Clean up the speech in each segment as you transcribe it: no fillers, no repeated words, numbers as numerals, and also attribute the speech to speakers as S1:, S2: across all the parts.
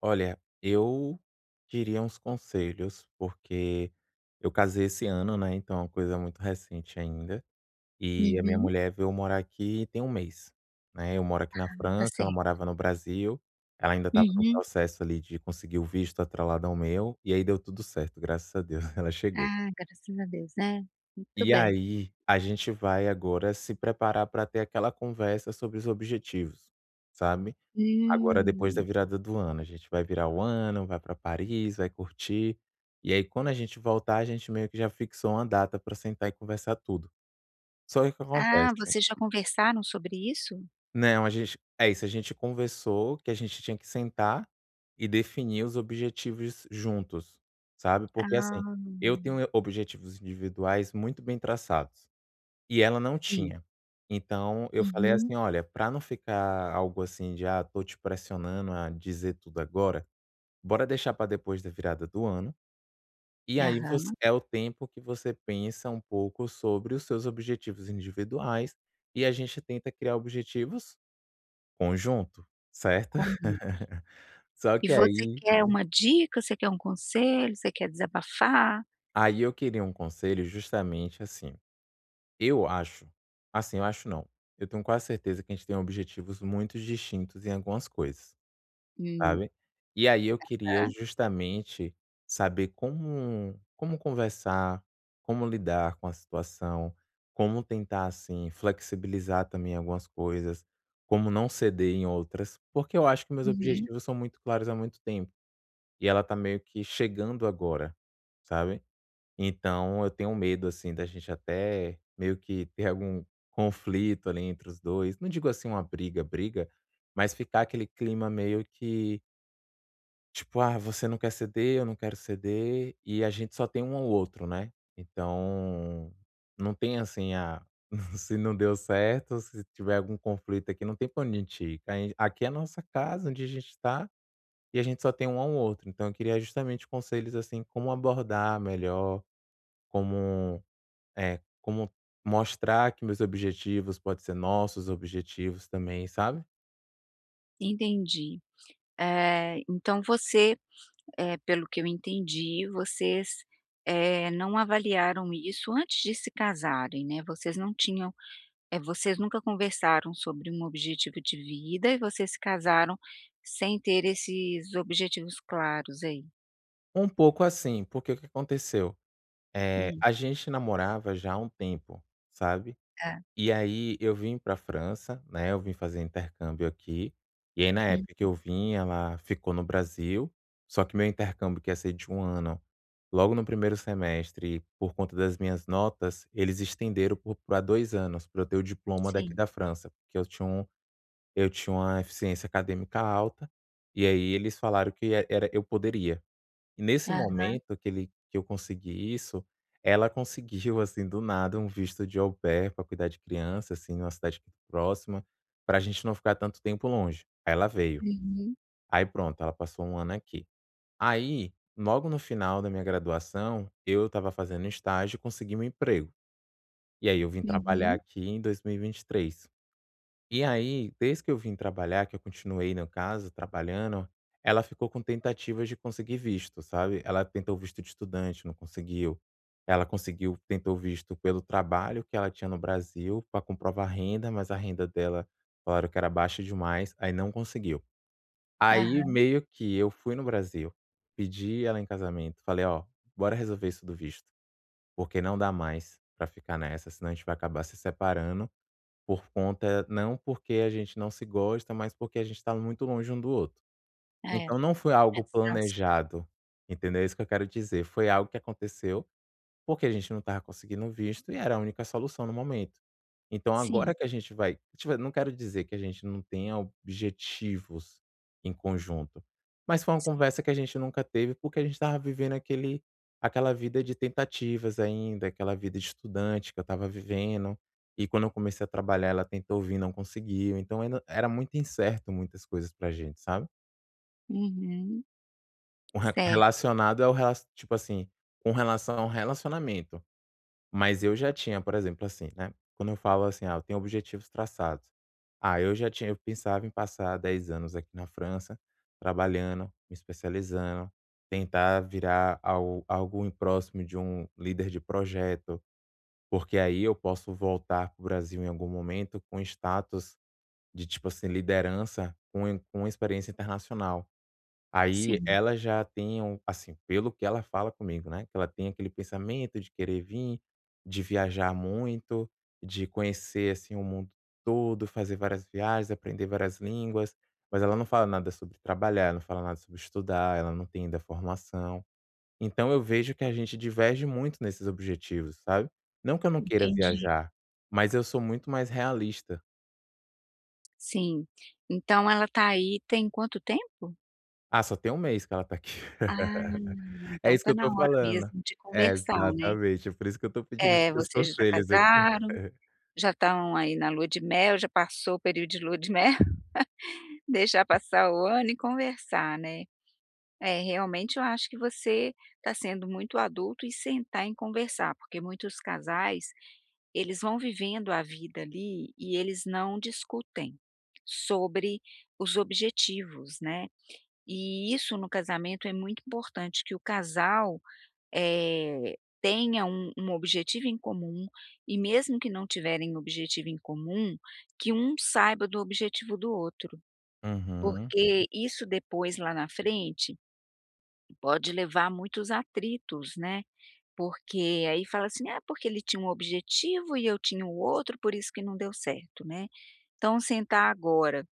S1: Olha, eu diria uns conselhos, porque eu casei esse ano, né, então é uma coisa muito recente ainda, e a minha
S2: Uhum.
S1: mulher veio morar aqui tem um mês, né. Eu moro aqui na
S2: Ah, tá
S1: França, ela
S2: certo.
S1: morava no Brasil, ela ainda estava no
S2: Uhum.
S1: processo ali de conseguir o visto atrelado ao meu, e aí deu tudo certo, graças a Deus, ela chegou.
S2: Ah, graças a Deus, né. Muito
S1: E
S2: bem.
S1: aí, a gente vai agora se preparar para ter aquela conversa sobre os objetivos, sabe? Agora depois da
S2: Hum.
S1: virada do ano, a gente vai virar o ano, vai para Paris, vai curtir, e aí quando a gente voltar, a gente meio que já fixou uma data para sentar e conversar tudo. Só que o que
S2: Ah,
S1: acontece
S2: vocês já conversaram sobre isso?
S1: não, a gente é isso, a gente conversou que a gente tinha que sentar e definir os objetivos juntos, sabe, porque
S2: Ah,
S1: assim, eu tenho objetivos individuais muito bem traçados, e ela não
S2: sim.
S1: tinha. Então eu falei
S2: Uhum.
S1: assim: "Olha, para não ficar algo assim de, ah, tô te pressionando a dizer tudo agora, bora deixar para depois da virada do ano, e aí você
S2: Aham,
S1: é o tempo que você pensa um pouco sobre os seus objetivos individuais, e a gente tenta criar objetivos conjunto, certo?"
S2: combina.
S1: Só
S2: E
S1: que
S2: você
S1: aí
S2: quer uma dica, você quer um conselho, você quer desabafar?
S1: aí eu queria um conselho justamente eu acho assim, eu acho não, eu tenho quase certeza que a gente tem objetivos muito distintos em algumas coisas.
S2: Hum,
S1: Sabe? E aí eu queria
S2: tá.
S1: justamente saber como conversar, como lidar com a situação, como tentar, assim, flexibilizar também algumas coisas, como não ceder em outras, porque eu acho que meus
S2: Uhum.
S1: objetivos são muito claros há muito tempo, e ela tá meio que chegando agora, sabe? Então eu tenho medo, assim, da gente até meio que ter algum conflito ali entre os dois, não digo assim uma briga, briga, mas ficar aquele clima meio que tipo: "Ah, você não quer ceder, eu não quero ceder", e a gente só tem um ao outro, né. Então, não tem assim: "Ah, se não deu certo, se tiver algum conflito aqui, não tem pra onde a gente ir". Aí aqui é a nossa casa, onde a gente tá, e a gente só tem um ao outro. Então eu queria justamente conselhos, assim, como abordar melhor, como é, como mostrar que meus objetivos pode ser nossos objetivos também, sabe.
S2: Entendi. Então você, pelo que eu entendi, vocês, não avaliaram isso antes de se casarem, né, vocês não tinham. É, vocês nunca conversaram sobre um objetivo de vida e vocês se casaram sem ter esses objetivos claros aí.
S1: Um pouco assim, porque o que aconteceu? Eh,
S2: Hum,
S1: a gente namorava já há um tempo, sabe.
S2: tá.
S1: E aí eu vim pra França, né, eu vim fazer intercâmbio aqui, e aí na
S2: Hum,
S1: época que eu vim ela ficou no Brasil, só que meu intercâmbio que ia ser de um ano, logo no primeiro semestre, por conta das minhas notas, eles estenderam por pra 2 anos, pra eu ter o diploma daqui
S2: sim.
S1: da França, porque eu tinha uma eficiência acadêmica alta, e aí eles falaram que era eu poderia. E nesse
S2: Aham.
S1: momento que ele que eu consegui isso, ela conseguiu, assim, do nada, um visto de au pair pra cuidar de criança, assim, numa cidade aqui próxima, para a gente não ficar tanto tempo longe. Aí ela veio.
S2: Uhum.
S1: Aí pronto, ela passou um ano aqui. Aí, logo no final da minha graduação, eu estava fazendo estágio e consegui meu emprego. E aí eu vim trabalhar
S2: Uhum.
S1: aqui em dois mil e vinte e três, e aí, desde que eu vim trabalhar, que eu continuei no caso, trabalhando, ela ficou com tentativas de conseguir visto, sabe. Ela tentou visto de estudante, não conseguiu. Ela conseguiu tentou visto pelo trabalho que ela tinha no Brasil, para comprovar a renda, mas a renda dela falaram que era baixa demais, aí não conseguiu. Aí
S2: Aham.
S1: meio que eu fui no Brasil, pedi ela em casamento, falei: "Ó, bora resolver isso do visto, porque não dá mais pra ficar nessa, senão a gente vai acabar se separando por conta não porque a gente não se gosta, mas porque a gente tá muito longe um do outro".
S2: É,
S1: Então não foi
S2: à
S1: algo
S2: distância.
S1: planejado, entendeu? É isso que eu quero dizer, foi algo que aconteceu porque a gente não estava conseguindo visto e era a única solução no momento. Então
S2: Sim,
S1: agora que a gente vai tipo, eu não quero dizer que a gente não tenha objetivos em conjunto, mas foi uma
S2: sim.
S1: conversa que a gente nunca teve, porque a gente estava vivendo aquele aquela vida de tentativas ainda, aquela vida de estudante que eu estava vivendo, e quando eu comecei a trabalhar ela tentou vir, não conseguiu, então ainda era muito incerto muitas coisas pra gente, sabe.
S2: Uhum.
S1: Com re
S2: Certo.
S1: relacionado ao rela tipo assim, com relação ao relacionamento. Mas eu já tinha, por exemplo, assim, né, quando eu falo assim: "Ah, eu tenho objetivos traçados". Ah, eu já tinha eu pensava em passar 10 anos aqui na França, trabalhando, me especializando, tentar virar al algo em próximo de um líder de projeto, porque aí eu posso voltar para o Brasil em algum momento com status de, tipo assim, liderança com experiência internacional. Aí
S2: Sim,
S1: ela já tem um assim, pelo que ela fala comigo, né, que ela tem aquele pensamento de querer vir, de viajar muito, de conhecer, assim, o mundo todo, fazer várias viagens, aprender várias línguas, mas ela não fala nada sobre trabalhar, não fala nada sobre estudar, ela não tem ainda formação. Então eu vejo que a gente diverge muito nesses objetivos, sabe. Não que eu não queira
S2: entendi.
S1: viajar, mas eu sou muito mais realista.
S2: Sim. Então ela tá aí tem quanto tempo?
S1: "Ah, só tem um mês que ela tá aqui".
S2: Ah,
S1: É
S2: então
S1: isso que
S2: tá
S1: eu
S2: na
S1: tô
S2: hora
S1: falando.
S2: mesmo de
S1: É,
S2: conversar, né.
S1: exatamente, é por isso que eu tô pedindo esses
S2: É,
S1: seus
S2: vocês já
S1: conselhos aqui.
S2: casaram. Já estão aí na lua de mel, já passou o período de lua de mel, deixar passar o ano e conversar, né. É, realmente eu acho que você está sendo muito adulto e sentar e conversar, porque muitos casais, eles vão vivendo a vida ali e eles não discutem sobre os objetivos, né. E isso no casamento é muito importante que o casal tenha um objetivo em comum e mesmo que não tiverem objetivo em comum, que um saiba do objetivo do outro. Hum.
S1: Uhum,
S2: Porque isso depois lá na frente pode levar a muitos atritos, né. Porque aí fala assim: "Ah, porque ele tinha um objetivo e eu tinha o outro, por isso que não deu certo", né. Então sentar agora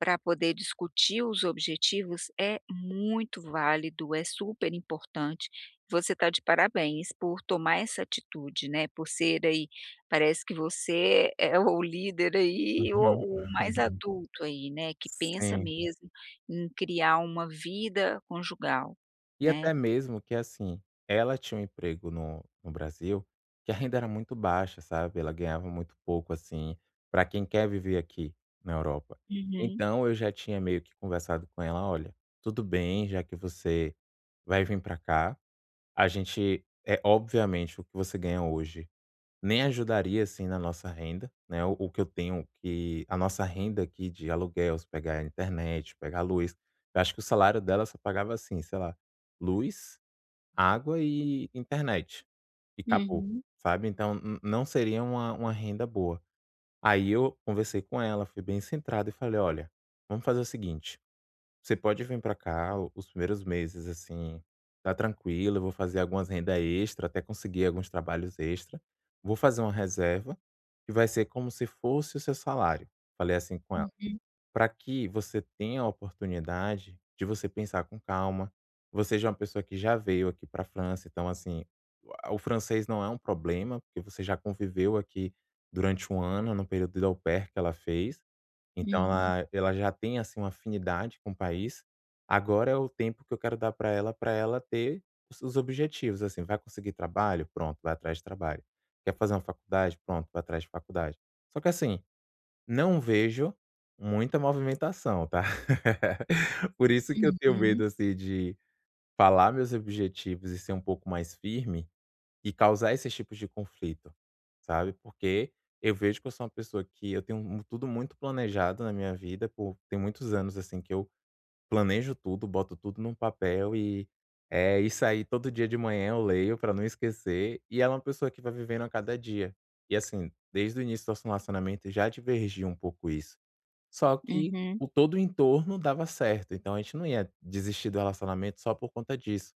S2: para poder discutir os objetivos é muito válido, é super importante. Você está de parabéns por tomar essa atitude, né, por ser aí parece que você é o líder aí, o
S1: uhum.
S2: o mais adulto aí, né, que pensa
S1: Sim.
S2: mesmo em criar uma vida conjugal,
S1: E
S2: né.
S1: até mesmo que, assim, ela tinha um emprego no Brasil que a renda era muito baixa, sabe, ela ganhava muito pouco, assim, para quem quer viver aqui na Europa.
S2: Uhum,
S1: Então eu já tinha meio que conversado com ela: "Olha, tudo bem, já que você vai vir para cá, a gente, é obviamente o que você ganha hoje nem ajudaria, assim, na nossa renda, né, o que eu tenho que a nossa renda aqui de aluguel, se pegar a internet, pegar a luz, eu acho que o salário dela só pagava, assim, sei lá, luz, água e internet, e acabou,
S2: uhum,
S1: sabe, então n não seria uma renda boa. Aí eu conversei com ela, fui bem centrado e falei: "Olha, vamos fazer o seguinte. Você pode vir pra cá os primeiros meses, assim, tá tranquilo, eu vou fazer algumas renda extra, até conseguir alguns trabalhos extra. Vou fazer uma reserva, que vai ser como se fosse o seu salário". Falei assim com ela,
S2: uhum,
S1: pra que você tenha a oportunidade de você pensar com calma. Você já é uma pessoa que já veio aqui pra França, então assim, o francês não é um problema, porque você já conviveu aqui durante um ano, no período de au pair que ela fez. Então
S2: uhum,
S1: ela já tem, assim, uma afinidade com o país. Agora é o tempo que eu quero dar para ela ter os objetivos, assim, vai conseguir trabalho? Pronto, vai atrás de trabalho. Quer fazer uma faculdade? Pronto, vai atrás de faculdade. Só que, assim, não vejo muita movimentação, tá. Por isso que eu tenho
S2: uhum,
S1: medo, assim, de falar meus objetivos e ser um pouco mais firme e causar esses tipos de conflito, sabe, porque eu vejo que eu sou uma pessoa que eu tenho um, mu tudo muito planejado na minha vida, por tem muitos anos, assim, que eu planejo tudo, boto tudo num papel e, é isso aí todo dia de manhã eu leio para não esquecer, e ela é uma pessoa que vai vivendo a cada dia. E assim, desde o início do nosso relacionamento já divergia um pouco isso. Só que
S2: uhum.
S1: o todo o entorno dava certo, então a gente não ia desistir do relacionamento só por conta disso.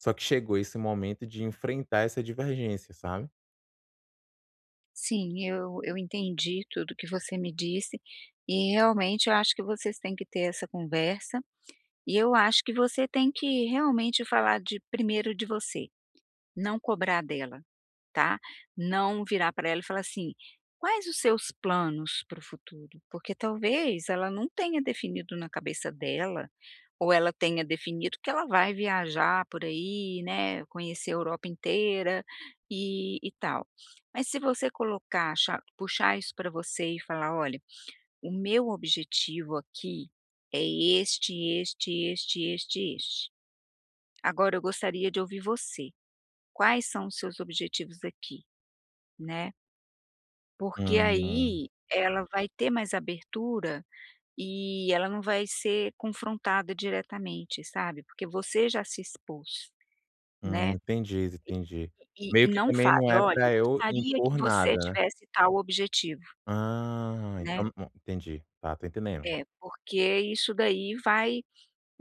S1: Só que chegou esse momento de enfrentar essa divergência, sabe.
S2: Sim, eu entendi tudo que você me disse e realmente eu acho que vocês têm que ter essa conversa, e eu acho que você tem que realmente falar de primeiro de você, não cobrar dela. Tá? Não virar para ela e falar assim: "Quais os seus planos para o futuro?", porque talvez ela não tenha definido na cabeça dela, ou ela tenha definido que ela vai viajar por aí, né, conhecer a Europa inteira e tal. Mas se você colocar cha puxar isso para você e falar: "Olha, o meu objetivo aqui é este, este, este, este, este. Agora eu gostaria de ouvir você. Quais são os seus objetivos aqui?", né? Porque
S1: Hum,
S2: aí ela vai ter mais abertura e ela não vai ser confrontada diretamente, sabe, porque você já se expôs, né.
S1: entendi, entendi.
S2: E
S1: Meio
S2: e
S1: que
S2: não
S1: também não
S2: fale:
S1: é
S2: "Olha, eu
S1: pra eu
S2: gostaria que
S1: impor
S2: você
S1: nada, né.
S2: tivesse tal objetivo",
S1: Ah,
S2: né.
S1: então entendi. Tá, tô entendendo.
S2: É, porque isso daí vai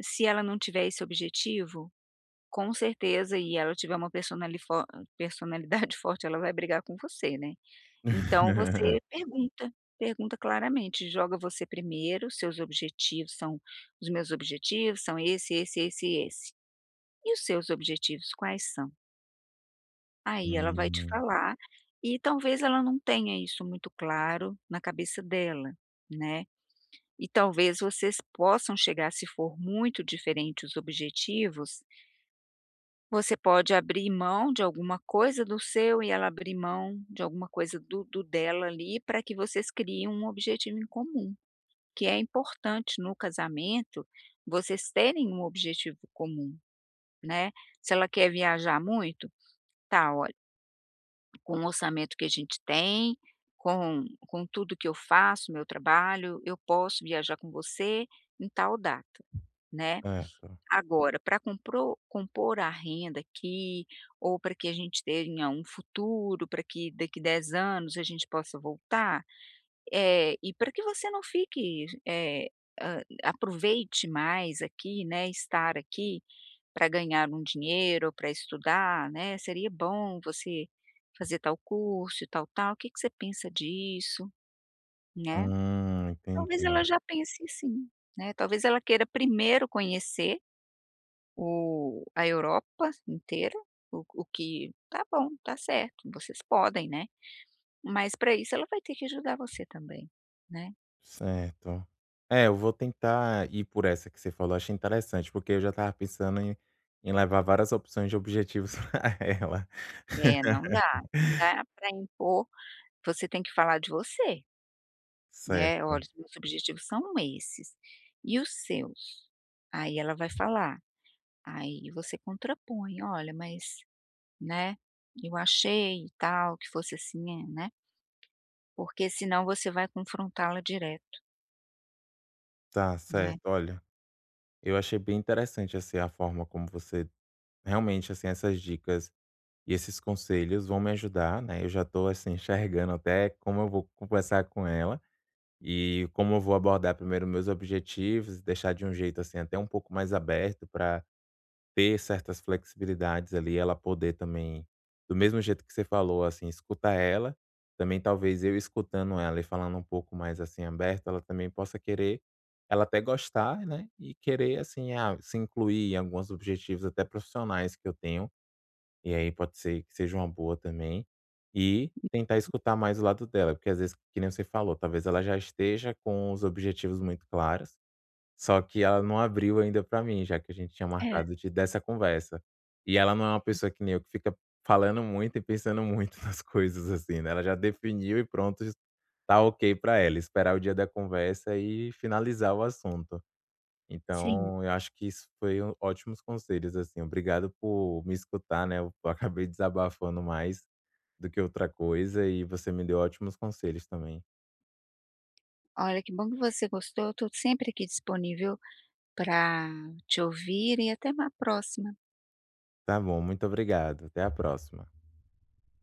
S2: se ela não tiver esse objetivo, com certeza, e ela tiver uma personalidade forte, ela vai brigar com você, né. Então você pergunta, pergunta claramente, joga você primeiro, seus objetivos são os meus objetivos são esse, esse, esse e esse. E os seus objetivos quais são? Aí ela vai te
S1: Hum,
S2: falar, e talvez ela não tenha isso muito claro na cabeça dela, né. E talvez vocês possam chegar, se for muito diferente os objetivos, você pode abrir mão de alguma coisa do seu e ela abrir mão de alguma coisa do dela ali, para que vocês criem um objetivo em comum, que é importante no casamento, vocês terem um objetivo comum, né. Se ela quer viajar muito, tá, olha, com o orçamento que a gente tem, com tudo que eu faço, meu trabalho, eu posso viajar com você em tal data, né.
S1: certo.
S2: Agora, para compro compor a renda aqui, ou para que a gente tenha um futuro, para que daqui 10 anos a gente possa voltar, e para que você não fique, aproveite mais aqui, né, estar aqui para ganhar um dinheiro, para estudar, né, seria bom você fazer tal curso e tal, tal, o que que você pensa disso, né? Talvez
S1: Entendi.
S2: ela já pense assim, né, talvez ela queira primeiro conhecer o a Europa inteira, o que tá bom, tá certo, vocês podem, né, mas para isso ela vai ter que ajudar você também, né.
S1: Certo. É, eu vou tentar ir por essa que você falou, achei interessante, porque eu já estava pensando em levar várias opções de objetivos pra ela.
S2: É, não dá, não dá para impor, você tem que falar de você, né, "Olha,
S1: Certo.
S2: os meus objetivos são esses, e os seus?". Aí ela vai falar, aí você contrapõe, "Olha, mas, né, eu achei e tal, que fosse assim", é, né, porque senão você vai confrontá-la direto,
S1: Tá,
S2: né.
S1: certo. Olha, eu achei bem interessante, assim, a forma como você realmente, assim, essas dicas e esses conselhos vão me ajudar, né? Eu já tô, assim, enxergando até como eu vou conversar com ela e como eu vou abordar primeiro meus objetivos, deixar de um jeito, assim, até um pouco mais aberto para ter certas flexibilidades ali, ela poder também, do mesmo jeito que você falou, assim, escutar ela, também talvez eu escutando ela e falando um pouco mais assim aberto, ela também possa querer, ela até gostar, né? E querer assim, ah, se incluir em alguns objetivos até profissionais que eu tenho, e aí pode ser que seja uma boa também. E tentar escutar mais o lado dela, porque às vezes, que nem você falou, talvez ela já esteja com os objetivos muito claros só que ela não abriu ainda pra mim, já que a gente tinha
S2: É,
S1: marcado de dessa conversa. E ela não é uma pessoa que nem eu, que fica falando muito e pensando muito nas coisas, assim, né, ela já definiu e pronto, tá ok pra ela, esperar o dia da conversa e finalizar o assunto.
S2: sim.
S1: Então eu acho que isso foi um ótimos conselhos, assim, obrigado por me escutar, né, eu acabei desabafando mais do que outra coisa e você me deu ótimos conselhos também.
S2: Olha, que bom que você gostou. Eu estou sempre aqui disponível para te ouvir e até uma próxima.
S1: Tá bom, muito obrigado, até a próxima.